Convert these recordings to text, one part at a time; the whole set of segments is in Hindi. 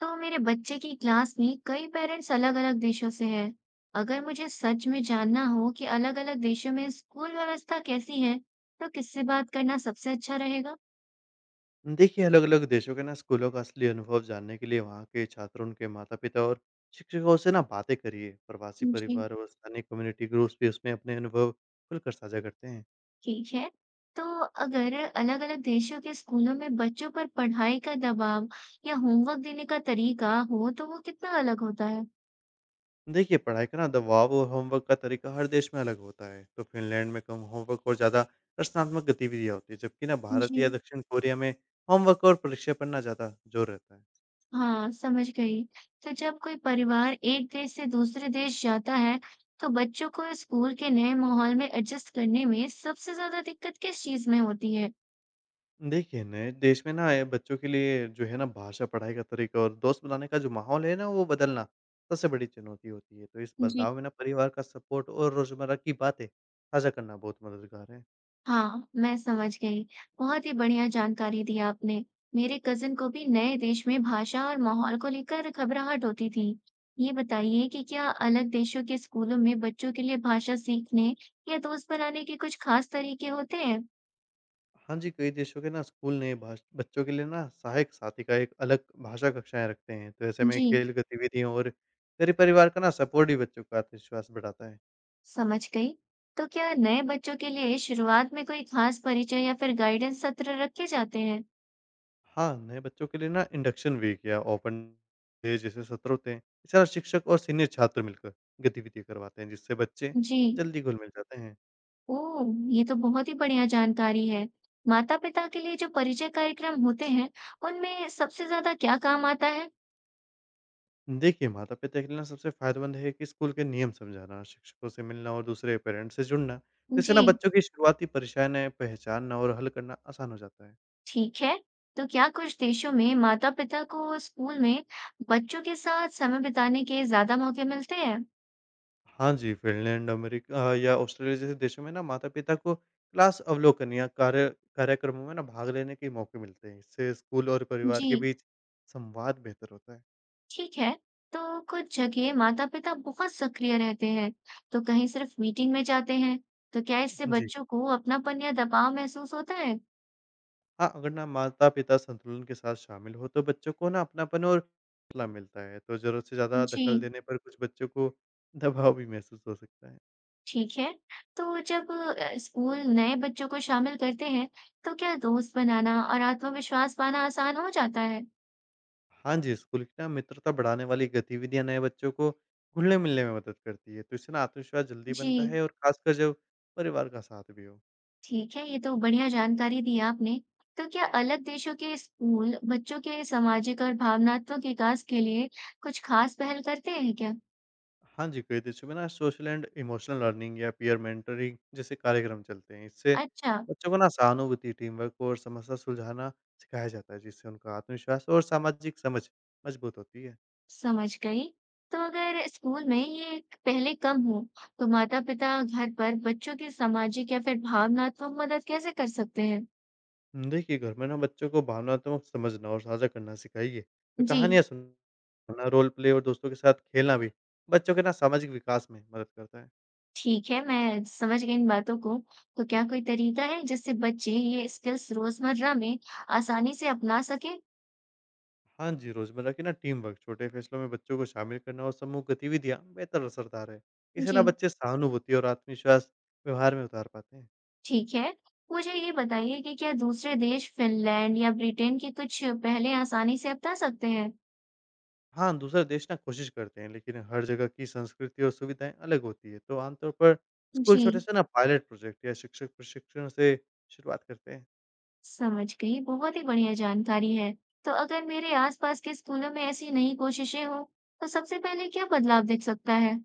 तो मेरे बच्चे की क्लास में कई पेरेंट्स अलग-अलग देशों से हैं। अगर मुझे सच में जानना हो कि अलग-अलग देशों में स्कूल व्यवस्था कैसी है, तो किससे बात करना सबसे अच्छा रहेगा? देखिए, अलग-अलग देशों के ना स्कूलों का असली अनुभव जानने के लिए वहाँ के छात्रों, उनके माता-पिता और शिक्षकों से ना बातें करिए। प्रवासी जी, परिवार और स्थानीय कम्युनिटी ग्रुप्स भी उसमें अपने अनुभव खुलकर साझा करते हैं। ठीक है। तो अगर अलग-अलग देशों के स्कूलों में बच्चों पर पढ़ाई का दबाव या होमवर्क देने का तरीका हो, तो वो कितना अलग होता है? देखिए, पढ़ाई का ना दबाव और होमवर्क का तरीका हर देश में अलग होता है। तो फ़िनलैंड में कम होमवर्क और ज़्यादा रचनात्मक गतिविधियाँ होती हैं, जबकि ना भारत जी या दक्षिण कोरिया में होमवर्क और परीक्षा पर ना ज़्यादा ज़ोर रहता है। हाँ, समझ गई। तो जब कोई परिवार एक देश से दूसरे देश जाता है, तो बच्चों को स्कूल के नए माहौल में एडजस्ट करने में सबसे ज्यादा दिक्कत किस चीज में होती है? देखिए, नए देश में ना ये बच्चों के लिए जो है ना भाषा, पढ़ाई का तरीका और दोस्त बनाने का जो माहौल है ना, वो बदलना सबसे बड़ी चुनौती होती है। तो इस जी बदलाव में ना परिवार का सपोर्ट और रोज़मर्रा की बातें साझा करना बहुत मददगार है। हाँ, मैं समझ गई। बहुत ही बढ़िया जानकारी दी आपने। मेरे कजिन को भी नए देश में भाषा और माहौल को लेकर घबराहट होती थी। ये बताइए कि क्या अलग देशों के स्कूलों में बच्चों के लिए भाषा सीखने या दोस्त बनाने के कुछ खास तरीके होते हैं? हाँ जी, कई देशों के ना स्कूल ने भाष बच्चों के लिए ना सहायक साथी का एक अलग भाषा कक्षाएँ रखते हैं। तो ऐसे में जी, खेल गतिविधियों और गरीब परिवार का ना सपोर्ट भी बच्चों का आत्मविश्वास बढ़ाता है। समझ गई। तो क्या नए बच्चों के लिए शुरुआत में कोई खास परिचय या फिर गाइडेंस सत्र रखे जाते हैं? हाँ, नए बच्चों के लिए ना इंडक्शन वीक या ओपन डे जैसे सत्र होते हैं। इस तरह शिक्षक और सीनियर छात्र मिलकर गतिविधियाँ करवाते हैं, जिससे बच्चे जी। जल्दी घुल-मिल जाते हैं। ओह! ये तो बहुत ही बढ़िया जानकारी है। माता-पिता के लिए जो परिचय कार्यक्रम होते हैं, उनमें सबसे ज़्यादा क्या काम आता है? देखिए, माता-पिता के लिए ना सबसे फ़ायदेमंद है कि स्कूल के नियम समझाना, शिक्षकों से मिलना और दूसरे पेरेंट्स से जुड़ना। इससे ना जी, बच्चों की शुरुआती परेशानियाँ पहचानना और हल करना आसान हो जाता है। ठीक है। तो क्या कुछ देशों में माता-पिता को स्कूल में बच्चों के साथ समय बिताने के ज़्यादा मौके मिलते हैं? हाँ जी, फ़िनलैंड, अमेरिका या ऑस्ट्रेलिया जैसे देशों में ना माता-पिता को क्लास अवलोकन या कार्यक्रमों में ना भाग लेने के मौके मिलते हैं। इससे स्कूल और परिवार जी। के बीच संवाद बेहतर होता है। ठीक है। तो कुछ जगह माता पिता बहुत सक्रिय रहते हैं, तो कहीं सिर्फ मीटिंग में जाते हैं। तो क्या इससे जी, बच्चों को अपनापन या दबाव महसूस होता है? हाँ, अगर ना माता-पिता संतुलन के साथ शामिल हो, तो बच्चों को ना अपनापन और हौसला मिलता है। तो ज़रूरत से ज़्यादा दखल जी, देने पर कुछ बच्चों को दबाव भी महसूस हो सकता है। ठीक है। तो जब स्कूल नए बच्चों को शामिल करते हैं, तो क्या दोस्त बनाना और आत्मविश्वास पाना आसान हो जाता है? हाँ जी, स्कूल की ना मित्रता बढ़ाने वाली गतिविधियाँ नए बच्चों को घुलने-मिलने में मदद करती है, तो इससे ना आत्मविश्वास जल्दी जी, बनता है, और खासकर जब परिवार का साथ भी हो। ठीक है। ये तो बढ़िया जानकारी दी आपने। तो क्या अलग देशों के स्कूल बच्चों के सामाजिक और भावनात्मक विकास के लिए कुछ खास पहल करते हैं क्या? हाँ जी, कई देशों में ना सोशल एंड इमोशनल लर्निंग या पीयर मेंटरिंग जैसे कार्यक्रम चलते हैं। इससे अच्छा, बच्चों को ना सहानुभूति, टीम वर्क और समस्या सुलझाना सिखाया जाता है, जिससे उनका आत्मविश्वास और सामाजिक समझ मजबूत होती है। समझ गई। तो अगर स्कूल में ये पहले कम हो, तो माता-पिता घर पर बच्चों की सामाजिक या फिर भावनात्मक मदद कैसे कर सकते हैं? देखिए, घर में ना बच्चों को भावनात्मक समझना और साझा करना सिखाइए, तो जी, कहानियाँ सुन ना रोल प्ले और दोस्तों के साथ खेलना भी बच्चों के ना सामाजिक विकास में मदद करता है। ठीक है, मैं समझ गई इन बातों को। तो क्या कोई तरीका है जिससे बच्चे ये स्किल्स रोजमर्रा में आसानी से अपना सकें? हाँ जी, रोजमर्रा की ना टीम वर्क, छोटे फैसलों में बच्चों को शामिल करना और समूह गतिविधियाँ बेहतर असरदार है। इससे जी, ना बच्चे सहानुभूति और आत्मविश्वास व्यवहार में उतार पाते हैं। ठीक है। मुझे ये बताइए कि क्या दूसरे देश फिनलैंड या ब्रिटेन की कुछ पहलें आसानी से अपना सकते हैं? हाँ, दूसरे देश ना कोशिश करते हैं, लेकिन हर जगह की संस्कृति और सुविधाएं अलग होती है। तो आमतौर पर स्कूल जी। छोटे से ना पायलट प्रोजेक्ट या शिक्षक प्रशिक्षण से शुरुआत करते हैं। समझ गई, बहुत ही बढ़िया जानकारी है। तो अगर मेरे आसपास के स्कूलों में ऐसी नई कोशिशें हों, तो सबसे पहले क्या बदलाव दिख सकता है?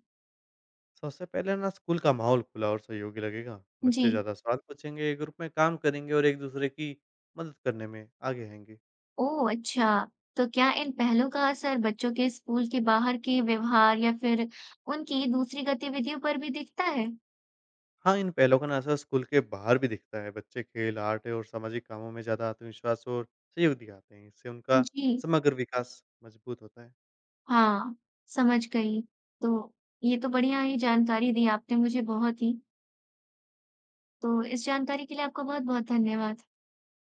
सबसे पहले ना स्कूल का माहौल खुला और सहयोगी लगेगा। जी। बच्चे ज़्यादा सवाल पूछेंगे, ग्रुप में काम करेंगे और एक दूसरे की मदद करने में आगे आएँगे। ओह, अच्छा। तो क्या इन पहलों का असर बच्चों के स्कूल के बाहर के व्यवहार या फिर उनकी दूसरी गतिविधियों पर भी दिखता है? हाँ, इन पहलों का ना असर स्कूल के बाहर भी दिखता है। बच्चे खेल, आर्ट और सामाजिक कामों में ज़्यादा आत्मविश्वास और सहयोग दिखाते हैं। इससे उनका जी समग्र विकास मजबूत होता है। हाँ, समझ गई। तो ये तो बढ़िया ही जानकारी दी आपने मुझे, बहुत ही। तो इस जानकारी के लिए आपका बहुत बहुत धन्यवाद।